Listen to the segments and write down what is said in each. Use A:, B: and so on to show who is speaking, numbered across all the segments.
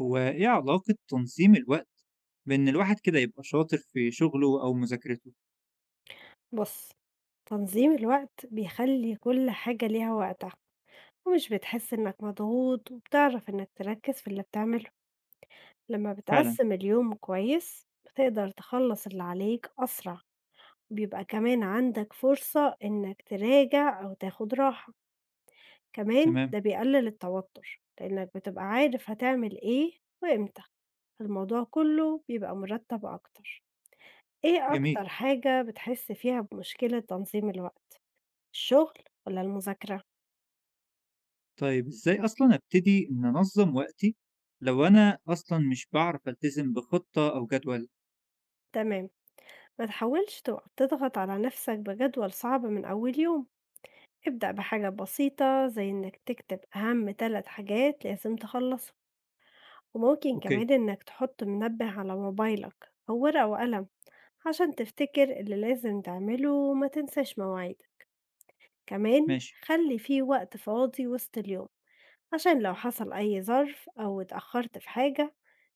A: هو إيه علاقة تنظيم الوقت بإن الواحد كده يبقى شاطر في شغله أو مذاكرته؟
B: بُص، تنظيم الوقت بيخلّي كل حاجة ليها وقتها، ومش بتحس إنك مضغوط وبتعرف إنك تركّز في اللي بتعمله، لمّا
A: فعلا.
B: بتقسّم اليوم كويس بتقدر تخلّص اللي عليك أسرع، بيبقى كمان عندك فرصة إنك تراجع أو تاخد راحة، كمان
A: تمام.
B: ده بيقلل التوتر لإنك بتبقى عارف هتعمل إيه وإمتى، الموضوع كلّه بيبقى مُرتّب أكتر. إيه
A: جميل.
B: أكتر حاجة بتحس فيها بمشكلة تنظيم الوقت؟ الشغل والّا المذاكرة؟
A: طيب إزاي أصلا أبتدي إن أنظم وقتي لو أنا أصلا مش بعرف ألتزم بخطة أو جدول؟
B: تمام، ما تحاولش تقعد تضغط على نفسك بجدول صعب من أول يوم، ابدأ بحاجة بسيطة زي إنك تكتب أهم 3 حاجات لازم تخلصهم، وممكن
A: أوكي.
B: كمان إنك تحط منبه على موبايلك أو ورقة وقلم عشان تفتكر اللي لازم تعمله وما تنساش مواعيدك، كمان
A: ماشي.
B: خلّي في وقت فاضي وسط اليوم عشان لو حصل أي ظرف أو اتأخرت في حاجة،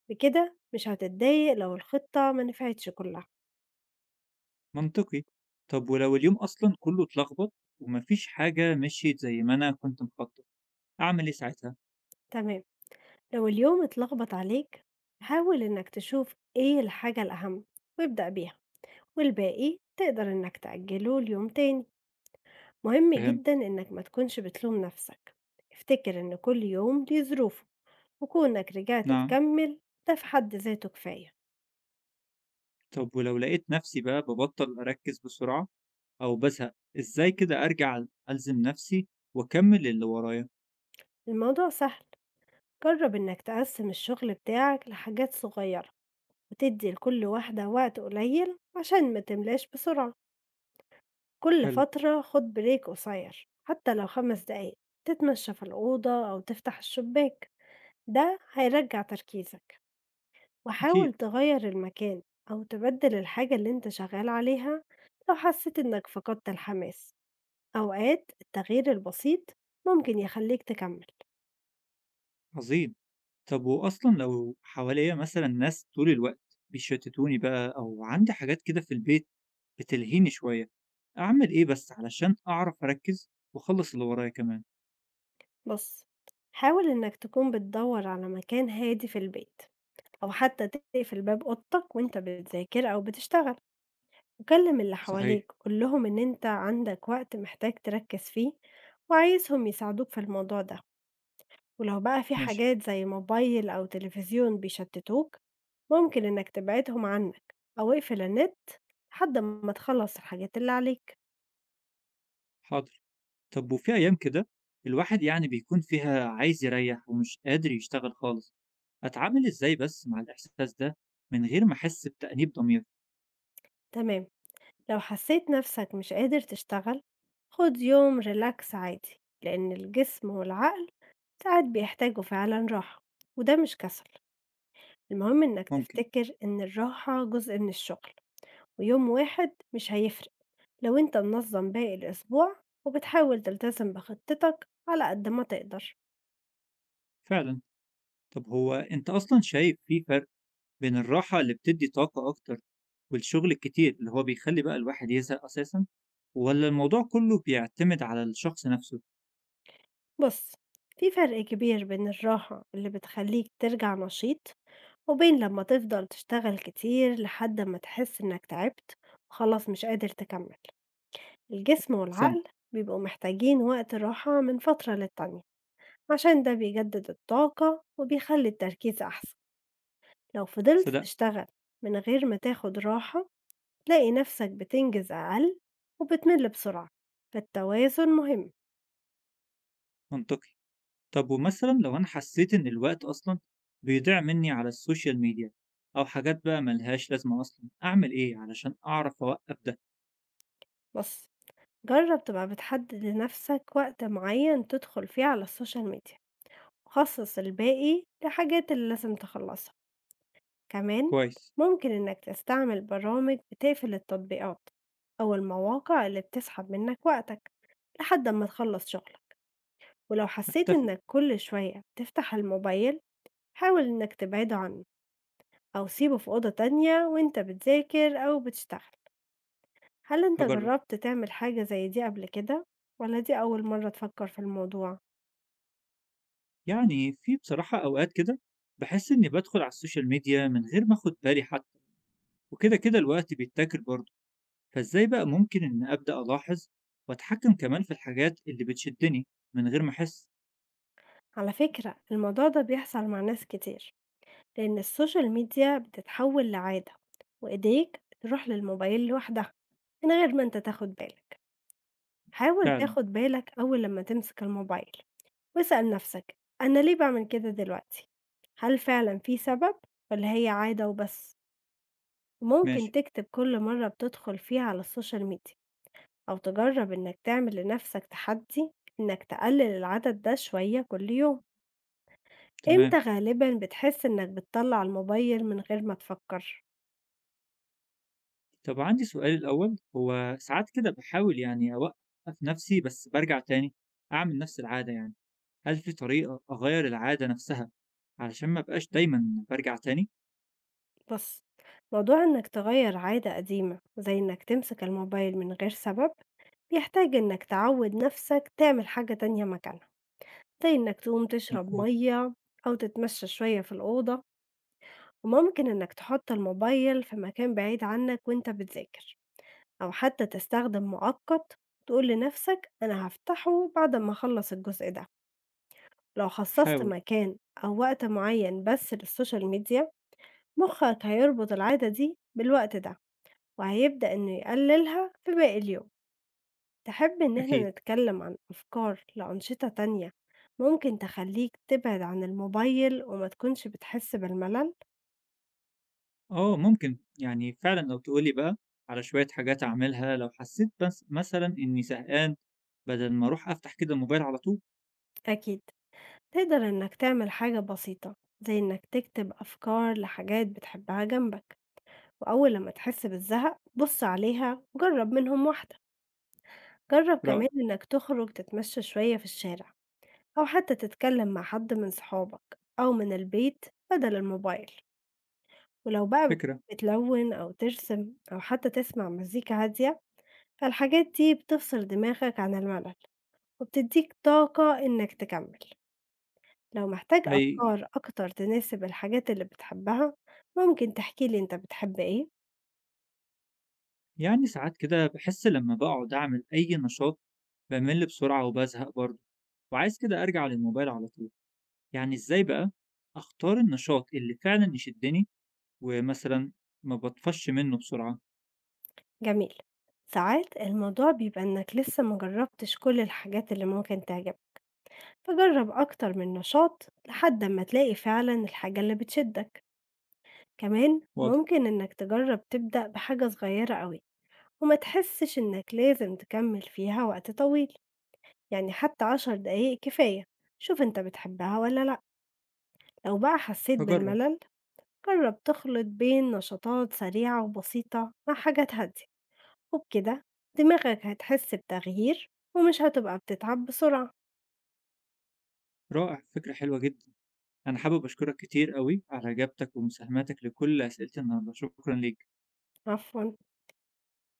B: بكده مش هتتضايق لو الخطة ما نفعتش كلها.
A: منطقي. طب ولو اليوم أصلا كله اتلخبط ومفيش حاجة مشيت زي ما أنا كنت مخطط، أعمل إيه ساعتها؟
B: تمام، لو اليوم اتلخبط عليك حاول إنك تشوف إيه الحاجة الأهم وابدأ بيها، والباقي تقدر إنك تأجله ليوم تاني. مهم
A: فهمت.
B: جدا إنك ما تكونش بتلوم نفسك، افتكر إن كل يوم ليه ظروفه، وكونك رجعت
A: نعم.
B: تكمل ده في حد ذاته كفاية.
A: طب ولو لقيت نفسي بقى ببطل أركز بسرعة أو بزهق، إزاي كده أرجع ألزم نفسي وأكمل اللي ورايا؟
B: الموضوع سهل، جرب إنك تقسم الشغل بتاعك لحاجات صغيرة وتدي لكل واحدة وقت قليل عشان ما تملاش بسرعة. كل
A: حلو.
B: فترة خد بريك قصير حتى لو 5 دقايق، تتمشى في الأوضة أو تفتح الشباك، ده هيرجع تركيزك.
A: أكيد.
B: وحاول تغير المكان أو تبدل الحاجة اللي انت شغال عليها لو حسيت انك فقدت الحماس، أوقات التغيير البسيط ممكن يخليك تكمل.
A: عظيم. طب وأصلا لو حواليا مثلا ناس طول الوقت بيشتتوني بقى، أو عندي حاجات كده في البيت بتلهيني شوية، أعمل إيه بس علشان أعرف أركز وأخلص اللي ورايا كمان؟
B: بص، حاول انك تكون بتدور على مكان هادي في البيت، أو حتى تقفل باب أوضتك وانت بتذاكر أو بتشتغل، وكلم اللي
A: صحيح.
B: حواليك قول لهم إن أنت عندك وقت محتاج تركز فيه وعايزهم يساعدوك في الموضوع ده. ولو بقى في
A: ماشي.
B: حاجات زي موبايل أو تلفزيون بيشتتوك، ممكن إنك تبعدهم عنك أو اقفل النت لحد ما تخلص الحاجات اللي عليك.
A: حاضر. طب وفي أيام كده الواحد يعني بيكون فيها عايز يريح ومش قادر يشتغل خالص، أتعامل إزاي بس مع الإحساس ده من غير ما أحس بتأنيب ضمير؟
B: تمام، لو حسيت نفسك مش قادر تشتغل خد يوم ريلاكس عادي، لأن الجسم والعقل ساعات بيحتاجوا فعلا راحة، وده مش كسل. المهم إنك
A: ممكن.
B: تفتكر إن الراحة جزء من الشغل، ويوم واحد مش هيفرق لو انت منظم باقي الأسبوع وبتحاول تلتزم بخطتك على قد ما تقدر.
A: فعلا. طب هو أنت أصلًا شايف في فرق بين الراحة اللي بتدّي طاقة أكتر، والشغل الكتير اللي هو بيخلّي بقى الواحد يزهق أساسًا، والّا الموضوع كلّه بيعتمد على الشخص نفسه؟
B: بص، في فرق كبير بين الراحة اللي بتخليك ترجع نشيط، وبين لما تفضل تشتغل كتير لحد ما تحس انك تعبت وخلاص مش قادر تكمل. الجسم
A: أحسنت.
B: والعقل بيبقوا محتاجين وقت راحة من فترة للتانية، عشان ده بيجدد الطاقة وبيخلي التركيز أحسن. لو فضلت
A: صدقت.
B: تشتغل من غير ما تاخد راحة، تلاقي نفسك بتنجز أقل وبتمل بسرعة، فالتوازن مهم.
A: منطقي. طب ومثلًا لو أنا حسّيت إن الوقت أصلًا بيضيع منّي على السوشيال ميديا أو حاجات بقى ما لهاش لازمة أصلًا، أعمل إيه علشان أعرف أوقّف ده؟
B: بص، جرب تبقى بتحدد لنفسك وقت معين تدخل فيه على السوشيال ميديا، وخصص الباقي لحاجات اللي لازم تخلصها. كمان
A: كويس.
B: ممكن إنك تستعمل برامج بتقفل التطبيقات أو المواقع اللي بتسحب منك وقتك لحد ما تخلص شغلك. ولو حسيت
A: أتّفق.
B: إنك كل شوية بتفتح الموبايل، حاول إنك تبعده عنه أو سيبه في أوضة تانية وإنت بتذاكر أو بتشتغل. هل أنت
A: هاجرّب.
B: جرّبت تعمل حاجة زي دي قبل كده، والّا دي أول مرّة تفكّر في الموضوع؟
A: في بصراحة أوقات كده باحس إنّي بادخل على السوشيال ميديا من غير ما آخُد بالي حتّى. وكده كده الوقت بيتاكل برضه، فازاي بقى ممكن إن أبدأ ألاحظ وأتحكم كمان في الحاجات اللي بتشدني من غير ما أحس؟
B: على فكرة الموضوع ده بيحصل مع ناس كتير، لإن السوشيال ميديا بتتحوّل لعادة، وإيديك تروح للموبايل لوحدها، من غير ما أنت تاخد بالك. حاول
A: فعلا.
B: تاخد بالك أول لمّا تمسك الموبايل، واسأل نَفْسك أنا ليه باعمل كده دلوقتي؟ هل فعلًا في سبب، والّا هي عادة وبس؟ وممكن
A: ماشي.
B: تكتب كل مرّة بتدخل فيها على السوشيال ميديا، أو تجرب إنك تعمل لنفسك تحدي إنك تقلل العدد ده شوية كل يوم.
A: تمام.
B: إمتى غالبا بتحس إنك بتطلع الموبايل من غير ما تفكر؟
A: طب عندي سؤال الأول، هو ساعات كده بحاول أوقف نفسي بس برجع تاني أعمل نفس العادة هل في طريقة أغير العادة نفسها علشان ما بقاش دايما برجع تاني؟
B: بص، موضوع إنك تغير عادة قديمة زي إنك تمسك الموبايل من غير سبب بيحتاج إنك تعود نفسك تعمل حاجة تانية مكانها، زي إنك تقوم تشرب
A: مفهوم.
B: مية أو تتمشى شوية في الأوضة. وممكن إنك تحط الموبايل في مكان بعيد عنك وإنت بتذاكر، أو حتى تستخدم مؤقت تقول لنفسك أنا هافتحه بعد ما أخلص الجزء ده. لو خصصت
A: حاول.
B: مكان أو وقت معين بس للسوشيال ميديا، مخك هيربط العادة دي بالوقت ده وهيبدأ إنه يقللها في باقي اليوم. تحب إن احنا
A: أكيد.
B: نتكلم عن أفكار لأنشطة تانية ممكن تخليك تبعد عن الموبايل وما تكونش بتحس بالملل؟
A: آه ممكن، فعلًا لو تقول لي بقى على شوية حاجات أعملها لو حسيت بس مثلًا إني زهقان، بدل ما أروح أفتح كده الموبايل على طول.
B: أكيد تقدر إنك تعمل حاجة بسيطة زي إنك تكتب أفكار لحاجات بتحبها جنبك، وأول لما تحس بالزهق بص عليها وجرب منهم واحدة. جرب
A: رائع.
B: كمان إنك تخرج تتمشى شوية في الشارع، أو حتى تتكلم مع حد من صحابك أو من البيت بدل الموبايل. ولو بقى
A: فكرة.
B: بتحب تلون أو ترسم أو حتى تسمع مزيكا هادية، فالحاجات دي بتفصل دماغك عن الملل وبتديك طاقة إنك تكمل. لو محتاج
A: حقيقي.
B: أفكار أكتر تناسب الحاجات اللي بتحبها، ممكن تحكيلي أنت بتحب إيه؟
A: ساعات كده باحس لمّا باقعد أعمل أي نشاط بامِل بسرعة وبازهق برضه، وعايز كده أرجع للموبايل على طول. إزاي بقى أختار النشاط اللي فعلًا يشدني ومثلًا ما باطفش منه بسرعة؟
B: جميل. ساعات الموضوع بيبقى إنك لسه ما جرّبتش كل الحاجات اللي ممكن تعجبك، فجرّب أكتر من نشاط لحد أمّا تلاقي فعلًا الحاجة اللي بتشدك. كمان
A: واضح.
B: ممكن إنك تجرّب تبدأ بحاجة صغيّرة أوي وما تحسّش إنك لازم تكمّل فيها وقت طويل، يعني حتى 10 دقايق كفاية. شوف أنت بتحبها والّا لأ، لو بقى حسّيت
A: هاجرب.
B: بالملل جرّب تخلط بين نشاطات سريعة وبسيطة مع حاجات هادية. وبكده دماغك هتحس بتغيير ومش هتبقى بتتعب بسرعة.
A: رائع، فكرة حلوة جدًا. أنا حابب أشكرك كتير أوي على إجابتك ومساهماتك لكل أسئلتي النهاردة، شكرًا ليك.
B: عفوا